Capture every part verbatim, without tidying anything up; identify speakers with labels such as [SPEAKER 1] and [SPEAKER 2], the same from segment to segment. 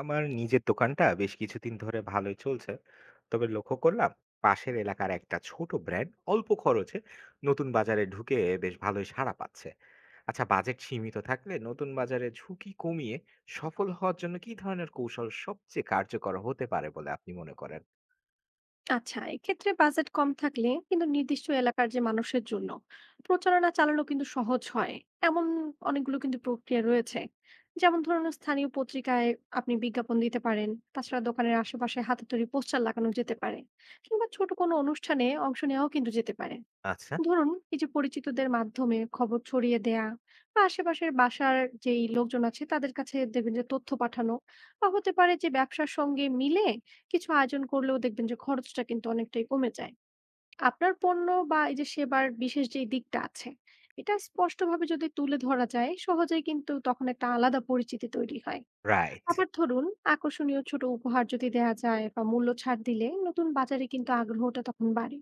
[SPEAKER 1] আমার নিজের দোকানটা বেশ কিছুদিন ধরে ভালোই চলছে, তবে লক্ষ্য করলাম পাশের এলাকার একটা ছোট ব্র্যান্ড অল্প খরচে নতুন বাজারে ঢুকে বেশ ভালোই সাড়া পাচ্ছে। আচ্ছা, বাজেট সীমিত থাকলে নতুন বাজারে ঝুঁকি কমিয়ে সফল হওয়ার জন্য কি ধরনের কৌশল সবচেয়ে কার্যকর হতে পারে বলে আপনি মনে করেন?
[SPEAKER 2] আচ্ছা, এক্ষেত্রে বাজেট কম থাকলে কিন্তু নির্দিষ্ট এলাকার যে মানুষের জন্য প্রচারণা চালানো কিন্তু সহজ হয়। এমন অনেকগুলো কিন্তু প্রক্রিয়া রয়েছে। যেমন ধরুন, স্থানীয় পত্রিকায় আপনি বিজ্ঞাপন দিতে পারেন। তাছাড়া দোকানের আশেপাশে হাতে তৈরি পোস্টার লাগানো যেতে পারে, কিংবা ছোট কোনো অনুষ্ঠানে অংশ নেওয়াও কিন্তু যেতে পারে।
[SPEAKER 1] আচ্ছা।
[SPEAKER 2] ধরুন এই যে পরিচিতদের মাধ্যমে খবর ছড়িয়ে দেয়া, বা আশেপাশের বাসার যেই লোকজন আছে তাদের কাছে দেখবেন যে তথ্য পাঠানো, বা হতে পারে যে ব্যবসার সঙ্গে মিলে কিছু আয়োজন করলেও দেখবেন যে খরচটা কিন্তু অনেকটাই কমে যায়। আপনার পণ্য বা এই যে সেবার বিশেষ যে দিকটা আছে, এটা স্পষ্টভাবে যদি তুলে ধরা যায় সহজেই, কিন্তু তখন একটা আলাদা পরিচিতি তৈরি হয়।
[SPEAKER 1] রাইট।
[SPEAKER 2] আবার ধরুন, আকর্ষণীয় ছোট উপহার যদি দেয়া যায় বা মূল্য ছাড় দিলে নতুন বাজারে কিন্তু আগ্রহটা তখন বাড়ে,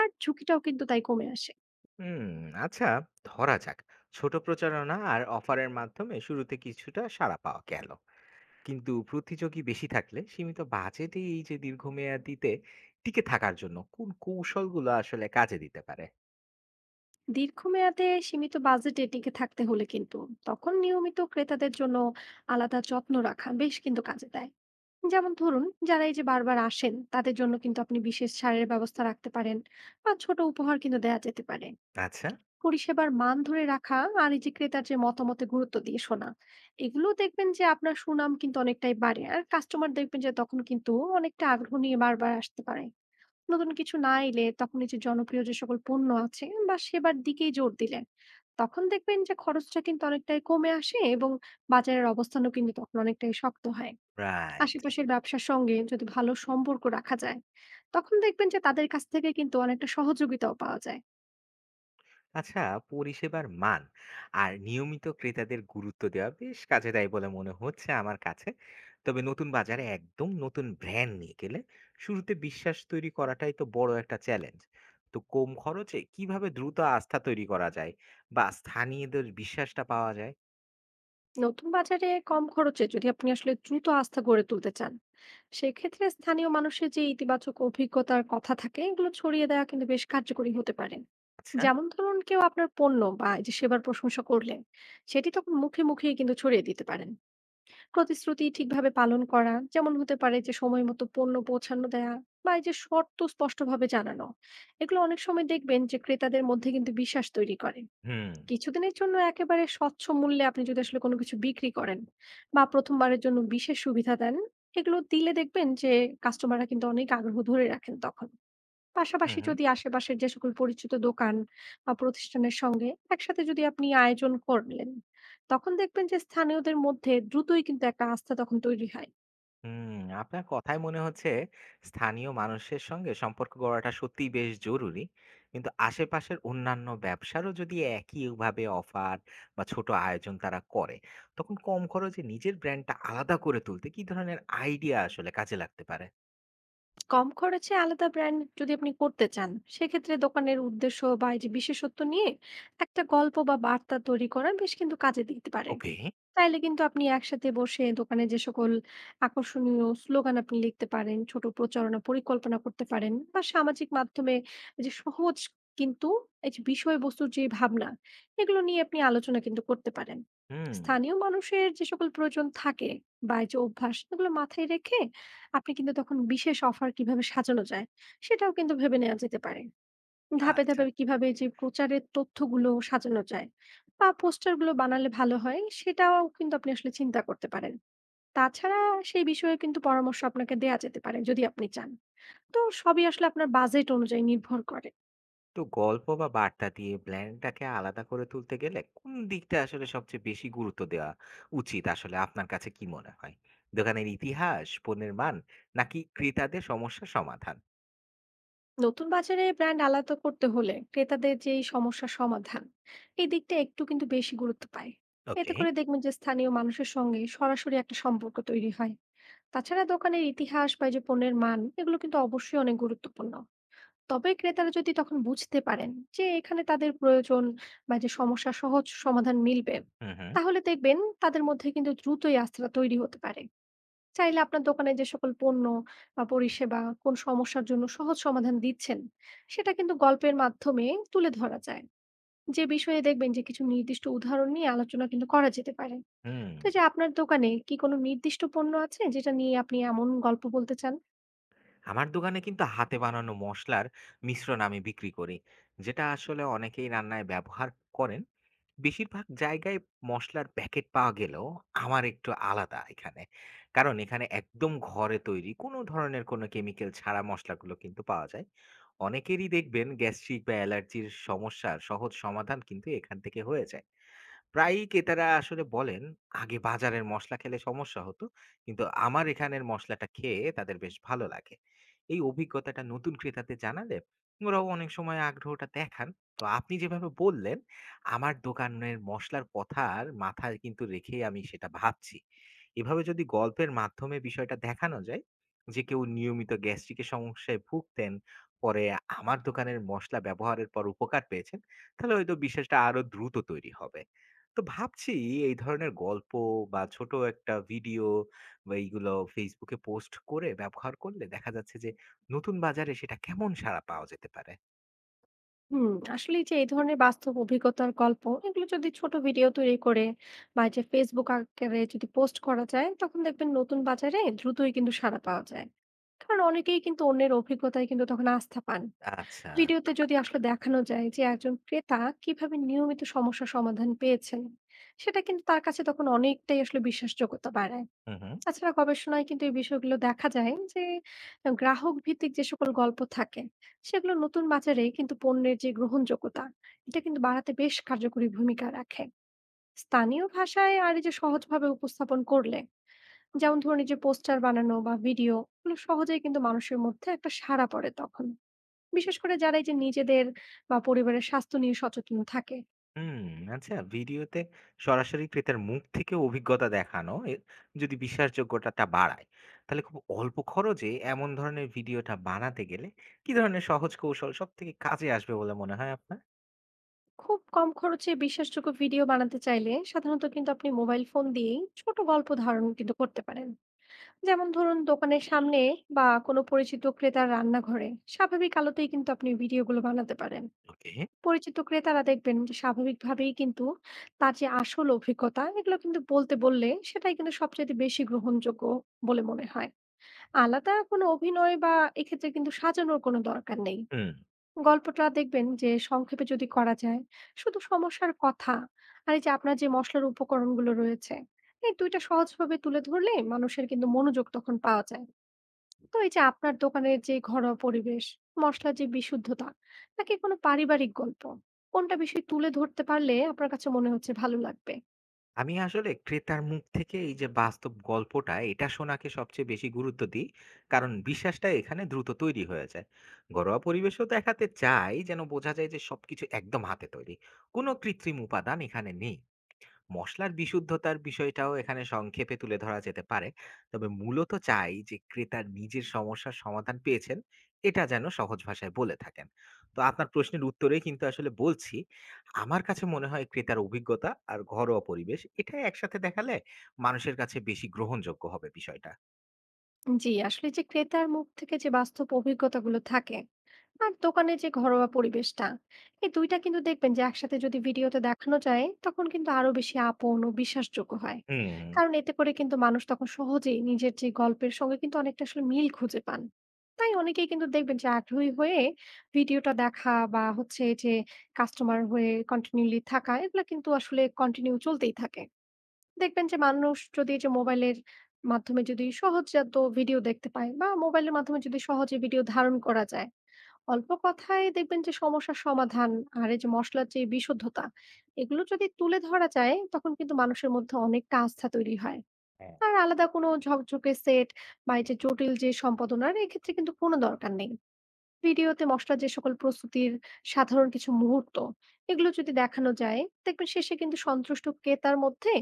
[SPEAKER 2] আর ঝুঁকিটাও কিন্তু তাই কমে আসে।
[SPEAKER 1] হুম। আচ্ছা, ধরা যাক ছোট প্রচারণা আর অফারের মাধ্যমে শুরুতে কিছুটা সাড়া পাওয়া গেল, কিন্তু প্রতিযোগী বেশি থাকলে সীমিত বাজেটে এই যে দীর্ঘমেয়াদিতে টিকে থাকার জন্য কোন কৌশলগুলো আসলে কাজে দিতে পারে?
[SPEAKER 2] দীর্ঘমেয়াদে সীমিত বাজেটে টিকে থাকতে হলে কিন্তু তখন নিয়মিত ক্রেতাদের জন্য আলাদা যত্ন রাখা বেশ কিন্তু কাজে দেয়। যেমন ধরুন, যারা এই যে বারবার আসেন তাদের জন্য কিন্তু আপনি বিশেষ ছাড়ের ব্যবস্থা রাখতে পারেন, বা ছোট উপহার কিন্তু দেওয়া যেতে পারে।
[SPEAKER 1] আচ্ছা।
[SPEAKER 2] পরিষেবার মান ধরে রাখা আর এই যে ক্রেতার যে মতামতে গুরুত্ব দিয়ে শোনা, এগুলো দেখবেন যে আপনার সুনাম কিন্তু অনেকটাই বাড়ে, আর কাস্টমার দেখবেন যে তখন কিন্তু অনেকটা আগ্রহ নিয়ে বারবার আসতে পারে। নতুন কিছু না এলে তখন এই যে জনপ্রিয় যে সকল পণ্য আছে বা সেবার দিকেই জোর দিলে তখন দেখবেন যে খরচটা কিন্তু অনেকটাই কমে আসে, এবং বাজারের অবস্থানও কিন্তু তখন অনেকটাই শক্ত হয়।
[SPEAKER 1] রাইট।
[SPEAKER 2] আশেপাশের ব্যবসার সঙ্গে যদি ভালো সম্পর্ক রাখা যায়, তখন দেখবেন যে তাদের কাছ থেকে কিন্তু অনেকটা সহযোগিতাও পাওয়া যায়।
[SPEAKER 1] আচ্ছা, পরিষেবার মান আর নিয়মিত ক্রেতাদের গুরুত্ব দেওয়া বেশ কাজে দেয় বলে মনে হচ্ছে আমার কাছে। তবে নতুন বাজারে একদম নতুন ব্র্যান্ড নিয়ে গেলে শুরুতে বিশ্বাস তৈরি করাটাই তো বড় একটা চ্যালেঞ্জ। তো কম খরচে কিভাবে দ্রুত আস্থা তৈরি করা যায় বা স্থানীয়দের বিশ্বাসটা পাওয়া যায়?
[SPEAKER 2] নতুন বাজারে কম খরচে যদি আপনি আসলে দ্রুত আস্থা গড়ে তুলতে চান, সেক্ষেত্রে স্থানীয় মানুষের যে ইতিবাচক অভিজ্ঞতার কথা থাকে, এগুলো ছড়িয়ে দেওয়া কিন্তু বেশ কার্যকরী হতে পারে।
[SPEAKER 1] আচ্ছা।
[SPEAKER 2] যেমন ধরুন, কেউ আপনার পণ্য বা এই যে সেবার প্রশংসা করলেন, সেটি তখন মুখে মুখে কিন্তু ছড়িয়ে দিতে পারেন। প্রতিশ্রুতি ঠিকভাবে পালন করা, যেমন হতে পারে যে সময় মতো পণ্য পৌঁছানো দেয়া, বা এই যে শর্ত স্পষ্টভাবে জানানো, এগুলো অনেক সময় দেখবেন যে ক্রেতাদের মধ্যে কিন্তু বিশ্বাস তৈরি করে।
[SPEAKER 1] হুম।
[SPEAKER 2] কিছুদিনের জন্য একেবারে স্বচ্ছ মূল্যে আপনি যদি আসলে কোনো কিছু বিক্রি করেন, বা প্রথমবারের জন্য বিশেষ সুবিধা দেন, এগুলো দিলে দেখবেন যে কাস্টমাররা কিন্তু অনেক আগ্রহ ধরে রাখেন তখন।
[SPEAKER 1] হুম
[SPEAKER 2] পাশাপাশি
[SPEAKER 1] হুম।
[SPEAKER 2] যদি আশেপাশের যে সকল পরিচিত দোকান বা প্রতিষ্ঠানের সঙ্গে একসাথে যদি আপনি আয়োজন করলেন, তখন দেখবেন যে স্থানীয়দের মধ্যে দ্রুতই কিন্তু একটা আস্থা তখন তৈরি হয়।
[SPEAKER 1] হুম, আপনার কথায় মনে হচ্ছে স্থানীয় মানুষের সঙ্গে সম্পর্ক গড়াটা সত্যিই বেশ জরুরি। কিন্তু আশেপাশের অন্যান্য ব্যবসারও যদি একইভাবে অফার বা ছোট আয়োজন তারা করে, তখন কম খরচে নিজের ব্র্যান্ডটা আলাদা করে তুলতে কি ধরনের আইডিয়া আসলে কাজে লাগতে পারে?
[SPEAKER 2] কম খরচে আলাদা ব্র্যান্ড যদি আপনি করতে চান, সেক্ষেত্রে দোকানের উদ্দেশ্য বা এই যে বিশেষত্ব নিয়ে একটা গল্প বা বার্তা তৈরি করা বেশ কিন্তু কাজে দিতে পারে।
[SPEAKER 1] ওকে।
[SPEAKER 2] চাইলে কিন্তু আপনি একসাথে বসে দোকানে যে সকল আকর্ষণীয় স্লোগান আপনি লিখতে পারেন, ছোট প্রচারণা পরিকল্পনা করতে পারেন, বা সামাজিক মাধ্যমে যে সহজ কিন্তু এই যে বিষয়বস্তুর যে ভাবনা, এগুলো নিয়ে আপনি আলোচনা কিন্তু করতে পারেন।
[SPEAKER 1] হুম।
[SPEAKER 2] স্থানীয় মানুষের যে সকল প্রয়োজন থাকে বা এই যে অভ্যাস, এগুলো মাথায় রেখে আপনি কিন্তু তখন বিশেষ অফার কিভাবে সাজানো যায় সেটাও কিন্তু ভেবে নেওয়া যেতে পারে। ধাপে
[SPEAKER 1] আচ্ছা।
[SPEAKER 2] ধাপে কিভাবে যে প্রচারের তথ্যগুলো সাজানো যায় বা পোস্টারগুলো বানালে ভালো হয় সেটাও কিন্তু আপনি আসলে চিন্তা করতে পারেন। তাছাড়া সেই বিষয়ে কিন্তু পরামর্শ আপনাকে দেয়া যেতে পারে যদি আপনি চান। তো সবই আসলে আপনার বাজেট অনুযায়ী নির্ভর করে।
[SPEAKER 1] তো গল্প বা বার্তা দিয়ে ব্র্যান্ডটাকে আলাদা করে তুলতে গেলে কোন দিকটা আসলে সবচেয়ে বেশি গুরুত্ব দেওয়া উচিত আসলে, আপনার কাছে কি মনে হয়? দোকানের ইতিহাস, পণ্যের মান, নাকি ক্রেতাদের সমস্যা সমাধান?
[SPEAKER 2] নতুন বাজারে ব্র্যান্ড আলাদা করতে হলে ক্রেতাদের যেই সমস্যা সমাধান, এই দিকটা একটু কিন্তু বেশি গুরুত্ব পায়। এতে
[SPEAKER 1] ওকে।
[SPEAKER 2] করে দেখবেন যে স্থানীয় মানুষের সঙ্গে সরাসরি একটা সম্পর্ক তৈরি হয়। তাছাড়া দোকানের ইতিহাস বা এই যে পণ্যের মান এগুলো কিন্তু অবশ্যই অনেক গুরুত্বপূর্ণ। তবে ক্রেতারা যদি তখন বুঝতে পারেন যে এখানে তাদের প্রয়োজন বা যে সমস্যা সহজ সমাধান মিলবে,
[SPEAKER 1] হুম হুম।
[SPEAKER 2] তাহলে দেখবেন তাদের মধ্যে কিন্তু দ্রুতই আস্থাটা তৈরি হতে পারে। চাইলে আপনার দোকানে যে সকল পণ্য বা পরিষেবা কোন সমস্যার জন্য সহজ সমাধান দিচ্ছেন, সেটা কিন্তু গল্পের মাধ্যমে তুলে ধরা যায়। যে বিষয়ে দেখবেন যে কিছু নির্দিষ্ট উদাহরণ নিয়ে আলোচনা কিন্তু করা যেতে পারে।
[SPEAKER 1] হুম।
[SPEAKER 2] তো এই যে আপনার দোকানে কি কোনো নির্দিষ্ট পণ্য আছে যেটা নিয়ে আপনি এমন গল্প বলতে চান?
[SPEAKER 1] আমার দোকানে কিন্তু হাতে বানানো মশলার মিশ্রণ আমি বিক্রি করি, যেটা আসলে অনেকেই রান্নায় ব্যবহার করেন। বেশিরভাগ জায়গায় মশলার প্যাকেট পাওয়া গেলেও আমার একটু আলাদা এখানে, কারণ এখানে একদম ঘরে তৈরি কোনো ধরনের কোনো কেমিক্যাল ছাড়া মশলাগুলো কিন্তু পাওয়া যায়। অনেকেরই দেখবেন গ্যাস্ট্রিক বা অ্যালার্জির সমস্যার সহজ সমাধান কিন্তু এখান থেকে হয়ে যায়। প্রায়ই ক্রেতারা আসলে বলেন আগে বাজারের মশলা খেলে সমস্যা হতো, কিন্তু আমার এখানের মশলাটা খেয়ে তাদের বেশ ভালো লাগে। এই অভিজ্ঞতাটা নতুন ক্রেতাদের জানালে ওরাও অনেক সময় আগ্রহটা দেখান। তো আপনি যেভাবে বললেন, আমার দোকানের মশলার কথার মাথায় কিন্তু রেখেই আমি সেটা ভাবছি। এভাবে যদি গল্পের মাধ্যমে বিষয়টা দেখানো যায় যে কেউ নিয়মিত গ্যাস্ট্রিকের সমস্যায় ভুগতেন, পরে আমার দোকানের মশলা ব্যবহারের পর উপকার পেয়েছেন, তাহলে হয়তো বিশ্বাসটা আরো দ্রুত তৈরি হবে। তো ভাবছি এই ধরনের গল্প বা ছোট একটা ভিডিও বা এইগুলো ফেসবুকে পোস্ট করে ব্যবহার করলে দেখা যাচ্ছে যে নতুন বাজারে সেটা কেমন সাড়া পাওয়া যেতে পারে।
[SPEAKER 2] হুম, আসলে এই যে এই ধরনের বাস্তব অভিজ্ঞতার গল্প এগুলো যদি ছোট ভিডিও তৈরি করে বা এই যে ফেসবুক আকারে যদি পোস্ট করা যায়, তখন দেখবেন নতুন বাজারে দ্রুতই কিন্তু সাড়া পাওয়া যায়। কারণ অনেকেই কিন্তু অন্যের অভিজ্ঞতায় কিন্তু তখন আস্থা পান।
[SPEAKER 1] আচ্ছা।
[SPEAKER 2] ভিডিওতে যদি আসলে দেখানো যায় যে একজন ক্রেতা কিভাবে নিয়মিত সমস্যা সমাধান পেয়েছেন, সেটা কিন্তু তার কাছে তখন অনেকটাই আসলে বিশ্বাসযোগ্যতা বাড়ায়।
[SPEAKER 1] হুম হুম।
[SPEAKER 2] তাছাড়া গবেষণায় কিন্তু এই বিষয়গুলো দেখা যায় যে গ্রাহক ভিত্তিক যে সকল গল্প থাকে, সেগুলো নতুন বাজারে কিন্তু পণ্যের যে গ্রহণযোগ্যতা, এটা কিন্তু বাড়াতে বেশ কার্যকরী ভূমিকা রাখে। স্থানীয় ভাষায় আর এই যে সহজভাবে উপস্থাপন করলে, যেমন ধরুন এই যে পোস্টার বানানো বা ভিডিও, এগুলো সহজেই কিন্তু মানুষের মধ্যে একটা সাড়া পড়ে তখন, বিশেষ করে যারা এই যে নিজেদের বা পরিবারের স্বাস্থ্য নিয়ে সচেতন থাকে।
[SPEAKER 1] হুম। আচ্ছা, ভিডিওতে সরাসরি ক্রেতার মুখ থেকে অভিজ্ঞতা দেখানো এ- যদি বিশ্বাসযোগ্যতাটা বাড়ায়, তাহলে খুব অল্প খরচে এমন ধরনের ভিডিওটা বানাতে গেলে কি ধরনের সহজ কৌশল সব থেকে কাজে আসবে বলে মনে হয় আপনার?
[SPEAKER 2] খুব কম খরচে বিশ্বাসযোগ্য ভিডিও বানাতে চাইলে সাধারণত কিন্তু আপনি মোবাইল ফোন দিয়েই ছোট গল্প ধারণ কিন্তু করতে পারেন। যেমন ধরুন, দোকানের সামনে বা কোনো পরিচিত ক্রেতার রান্নাঘরে স্বাভাবিক আলোতেই কিন্তু আপনি ভিডিওগুলো বানাতে পারেন।
[SPEAKER 1] ওকে।
[SPEAKER 2] পরিচিত ক্রেতারা দেখবেন যে স্বাভাবিকভাবেই কিন্তু তার যে আসল অভিজ্ঞতা এগুলো কিন্তু বলতে বললে সেটাই কিন্তু সবচেয়ে বেশি গ্রহণযোগ্য বলে মনে হয়। আলাদা কোনো অভিনয় বা এক্ষেত্রে কিন্তু সাজানোর কোনো দরকার নেই।
[SPEAKER 1] হুম।
[SPEAKER 2] গল্পটা দেখবেন যে সংক্ষেপে যদি করা যায়, শুধু সমস্যার কথা আর এই যে আপনার যে মশলার উপকরণগুলো রয়েছে, এই দুইটা সহজভাবে তুলে ধরলে মানুষের কিন্তু মনোযোগ তখন পাওয়া যায়। তো এই যে আপনার দোকানের যে ঘরোয়া পরিবেশ, মশলার যে বিশুদ্ধতা নাকি কোনো পারিবারিক গল্প, কোনটা বেশি তুলে ধরতে পারলে আপনার কাছে মনে হচ্ছে ভালো লাগবে?
[SPEAKER 1] আমি আসলে ক্রেতার মুখ থেকে এই যে বাস্তব গল্পটা এটা শোনাকে সবচেয়ে বেশি গুরুত্ব দিই, কারণ বিশ্বাসটা এখানে দ্রুত তৈরি হয়ে যায়। ঘরোয়া পরিবেশও দেখাতে চাই যেন বোঝা যায় যে সবকিছু একদম হাতে তৈরি, কোনো কৃত্রিম উপাদান এখানে নেই। মসলার বিশুদ্ধতার বিষয়টাও এখানে সংক্ষেপে তুলে ধরা যেতে পারে। তবে মূলত চাই যে ক্রেতা নিজের সমস্যার সমাধান পেয়েছেন, এটা যেন সহজ ভাষায় বলে থাকেন। তো আপনার প্রশ্নের উত্তরেই কিন্তু আসলে বলছি, আমার কাছে মনে হয় ক্রেতার অভিজ্ঞতা আর ঘরোয়া পরিবেশ এটাই একসাথে দেখালে মানুষের কাছে বেশি গ্রহণযোগ্য হবে বিষয়টা।
[SPEAKER 2] জি, আসলে যে ক্রেতার মুখ থেকে যে বাস্তব অভিজ্ঞতাগুলো থাকে আর দোকানের যে ঘরোয়া পরিবেশটা, এই দুইটা কিন্তু দেখবেন যে একসাথে যদি ভিডিওতে দেখানো যায় তখন কিন্তু আরো বেশি আপন ও বিশ্বাসযোগ্য হয়।
[SPEAKER 1] হুম।
[SPEAKER 2] কারণ এতে করে কিন্তু মানুষ তখন সহজেই নিজের যে গল্পের সঙ্গে কিন্তু অনেকটা আসলে মিল খুঁজে পান। তাই অনেকেই কিন্তু দেখবেন যে আগ্রহী হয়ে ভিডিওটা দেখা, বা হচ্ছে যে কাস্টমার হয়ে কন্টিনিউলি থাকা, এগুলো কিন্তু আসলে কন্টিনিউ চলতেই থাকে। দেখবেন যে মানুষ যদি এই যে মোবাইলের মাধ্যমে যদি সহজজাত ভিডিও দেখতে পায় বা মোবাইলের মাধ্যমে যদি সহজে ভিডিও ধারণ করা যায়, অল্প কথায় দেখবেন যে সমস্যার সমাধান আর এই যে মশলার যে বিশুদ্ধতা, এগুলো যদি তুলে ধরা যায় তখন কিন্তু মানুষের মধ্যে অনেকটা আস্থা তৈরি হয়।
[SPEAKER 1] হ্যাঁ।
[SPEAKER 2] আর আলাদা কোনো ঝকঝকে সেট বা এই যে জটিল যে সম্পাদনার এক্ষেত্রে কিন্তু কোনো দরকার নেই। ভিডিওতে মসলার যে সকল প্রস্তুতির সাধারণ কিছু মুহূর্ত, এগুলো যদি দেখানো যায়, দেখবেন শেষে কিন্তু সন্তুষ্ট ক্রেতার মধ্যে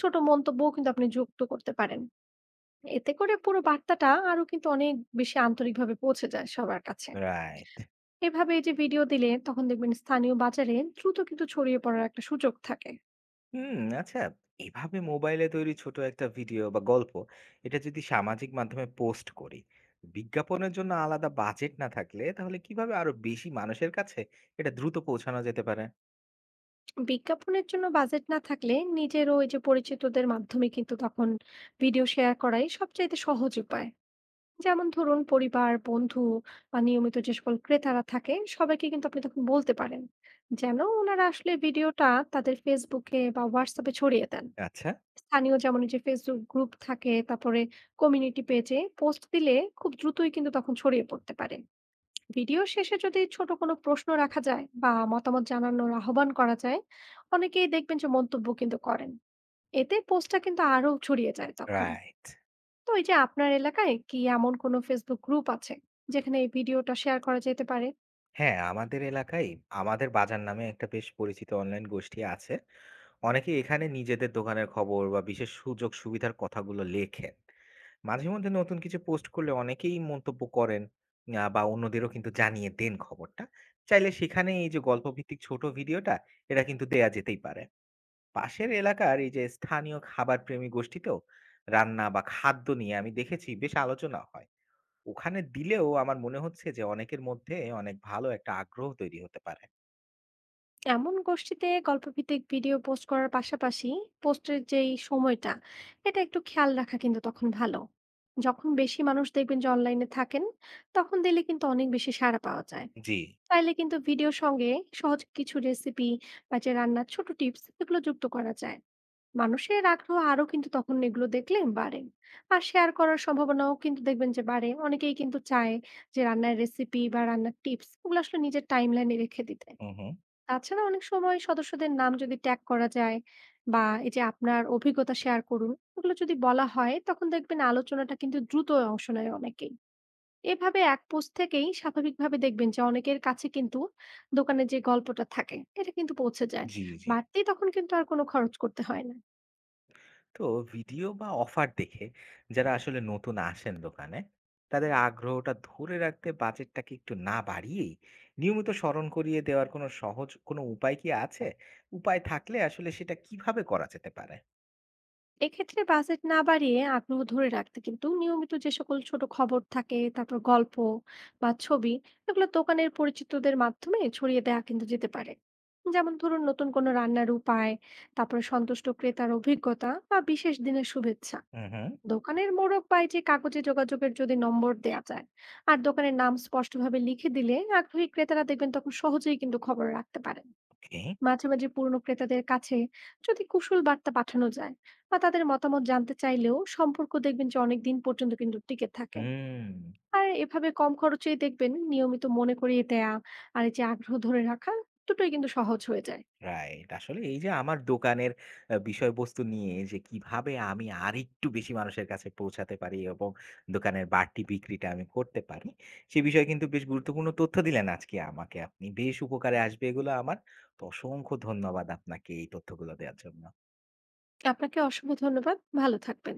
[SPEAKER 2] ছোট মন্তব্যও কিন্তু আপনি যুক্ত করতে পারেন। এতে করে পুরো বার্তাটা আরো কিন্তু অনেক বেশি আন্তরিকভাবে পৌঁছে যায় সবার কাছে।
[SPEAKER 1] রাইট।
[SPEAKER 2] এভাবে এই যে ভিডিও দিলে তখন দেখবেন স্থানীয় বাজারে দ্রুত কিন্তু ছড়িয়ে পড়ার একটা সুযোগ থাকে।
[SPEAKER 1] হুম, আচ্ছা, এভাবে মোবাইলে তৈরি ছোট একটা ভিডিও বা গল্প, এটা যদি সামাজিক মাধ্যমে পোস্ট করি, বিজ্ঞাপনের জন্য আলাদা বাজেট না থাকলে, তাহলে কিভাবে আরো বেশি মানুষের কাছে এটা দ্রুত পৌঁছানো যেতে পারে?
[SPEAKER 2] বিজ্ঞাপনের জন্য বাজেট না থাকলে নিজেরও এই যে পরিচিতদের মাধ্যমে কিন্তু তখন ভিডিও শেয়ার করাই সবচাইতে সহজ উপায়। যেমন ধরুন, পরিবার, বন্ধু বা নিয়মিত যে সকল ক্রেতারা থাকে সবাইকে কিন্তু আপনি তখন বলতে পারেন যেন ওনারা আসলে ভিডিওটা তাদের ফেসবুকে বা হোয়াটসঅ্যাপে ছড়িয়ে দেন।
[SPEAKER 1] আচ্ছা।
[SPEAKER 2] স্থানীয় যেমন এই যে ফেসবুক গ্রুপ থাকে, তারপরে কমিউনিটি পেজে পোস্ট দিলে খুব দ্রুতই কিন্তু তখন ছড়িয়ে পড়তে পারে। ভিডিও শেষে যদি ছোট কোনো প্রশ্ন রাখা যায় বা মতামত জানানোর আহ্বান করা যায়, অনেকেই দেখবেন যে মন্তব্য কিন্তু করেন। এতে পোস্টটা কিন্তু আরো ছড়িয়ে যায় তখন।
[SPEAKER 1] রাইট।
[SPEAKER 2] তো এই যে আপনার এলাকায় কি এমন কোনো ফেসবুক গ্রুপ আছে যেখানে এই ভিডিওটা শেয়ার করা যেতে পারে?
[SPEAKER 1] হ্যাঁ, আমাদের এলাকায় 'আমাদের বাজার' নামে একটা বেশ পরিচিত অনলাইন গোষ্ঠী আছে। অনেকে এখানে নিজেদের দোকানের খবর বা বিশেষ সুযোগ সুবিধার কথাগুলো লেখেন। মাঝে মধ্যে নতুন কিছু পোস্ট করলে অনেকেই মন্তব্য করেন আ বা অন্যদেরও কিন্তু জানিয়ে দেন খবরটা। চাইলে সেখানে এই যে গল্পভিত্তিক ছোট ভিডিওটা, এটা কিন্তু দেয়া যেতেই পারে। পাশের এলাকার এই যে স্থানীয় খাবারপ্রেমী গোষ্ঠীতেও রান্না বা খাদ্য নিয়ে আমি দেখেছি বেশ আলোচনা হয়। ওখানে দিলেও আমার মনে হচ্ছে যে অনেকের মধ্যে অনেক ভালো একটা আগ্রহ তৈরি হতে পারে।
[SPEAKER 2] এমন গোষ্ঠীতে গল্পভিত্তিক ভিডিও পোস্ট করার পাশাপাশি পোস্টের যেই সময়টা, এটা একটু খেয়াল রাখা কিন্তু তখন ভালো। যখন বেশি মানুষ দেখবেন যে অনলাইনে থাকেন, তখন দিলে কিন্তু অনেক বেশি সাড়া পাওয়া যায়।
[SPEAKER 1] জি।
[SPEAKER 2] চাইলে কিন্তু ভিডিওর সঙ্গে সহজ কিছু রেসিপি বা যে রান্নার ছোট টিপস এগুলো যুক্ত করা যায়। মানুষের আগ্রহ আরো কিন্তু তখন এগুলো দেখলে বাড়ে, আর শেয়ার করার সম্ভাবনাও কিন্তু দেখবেন যে বাড়ে। অনেকেই কিন্তু চায় যে রান্নার রেসিপি বা রান্নার টিপস ওগুলো আসলে নিজের টাইম লাইনে রেখে দিতে।
[SPEAKER 1] হুম হুম।
[SPEAKER 2] তাছাড়া অনেক সময় সদস্যদের নাম যদি ট্যাগ করা যায় বা এই যে আপনার অভিজ্ঞতা শেয়ার করুন ওগুলো যদি বলা হয়, তখন দেখবেন আলোচনাটা কিন্তু দ্রুত অংশ নেয় অনেকেই। এভাবে এক পোস্ট থেকেই স্বাভাবিকভাবে দেখবেন যে অনেকের কাছে কিন্তু দোকানে যে গল্পটা থাকে এটা কিন্তু পৌঁছে যায়।
[SPEAKER 1] জি, জি।
[SPEAKER 2] বাড়তি তখন কিন্তু আর কোনো খরচ করতে হয় না।
[SPEAKER 1] তো ভিডিও বা অফার দেখে যারা আসলে নতুন আসেন দোকানে, তাদের আগ্রহটা ধরে রাখতে বাজেটটাকে একটু না বাড়িয়েই নিয়মিত স্মরণ করিয়ে দেওয়ার কোনো সহজ কোনো উপায় কি আছে? উপায় থাকলে আসলে সেটা কিভাবে করা যেতে পারে?
[SPEAKER 2] এক্ষেত্রে বাজেট না বাড়িয়ে আগ্রহ ধরে রাখতে কিন্তু নিয়মিত যে সকল ছোট খবর থাকে, তারপর গল্প বা ছবি, এগুলো দোকানের পরিচিতদের মাধ্যমে ছড়িয়ে দেওয়া কিন্তু যেতে পারে। যেমন ধরুন, নতুন কোনো রান্নার উপায়, তারপরে সন্তুষ্ট ক্রেতার অভিজ্ঞতা বা বিশেষ দিনের শুভেচ্ছা।
[SPEAKER 1] হুম হুম।
[SPEAKER 2] দোকানের মোড়ক পায় যে কাগজে যোগাযোগের যদি নম্বর দেয়া যায় আর দোকানের নাম স্পষ্টভাবে লিখে দিলে, আগ্রহী ক্রেতারা দেখবেন তখন সহজেই কিন্তু খবর রাখতে পারে।
[SPEAKER 1] ওকে।
[SPEAKER 2] মাঝে মাঝে পুরনো ক্রেতাদের কাছে যদি কুশল বার্তা পাঠানো যায় বা তাদের মতামত জানতে চাইলেও, সম্পর্ক দেখবেন যে অনেক দিন পর্যন্ত কিন্তু টিকে থাকে।
[SPEAKER 1] হুম।
[SPEAKER 2] আর এভাবে কম খরচেই দেখবেন নিয়মিত মনে করিয়ে দেয়া আর এই যে আগ্রহ ধরে রাখা, দুটোই কিন্তু সহজ হয়ে যায়।
[SPEAKER 1] রাইট। আসলে এই যে আমার দোকানের আ বিষয়বস্তু নিয়ে যে কিভাবে আমি আরেকটু বেশি মানুষের কাছে পৌঁছাতে পারি এবং দোকানের বাড়তি বিক্রিটা আমি করতে পারি, সে বিষয়ে কিন্তু বেশ গুরুত্বপূর্ণ তথ্য দিলেন আজকে আমাকে আপনি। বেশ উপকারে আসবে এগুলো আমার। তো অসংখ্য ধন্যবাদ আপনাকে এই তথ্যগুলো দেওয়ার জন্য।
[SPEAKER 2] আপনাকে অসংখ্য ধন্যবাদ। ভালো থাকবেন।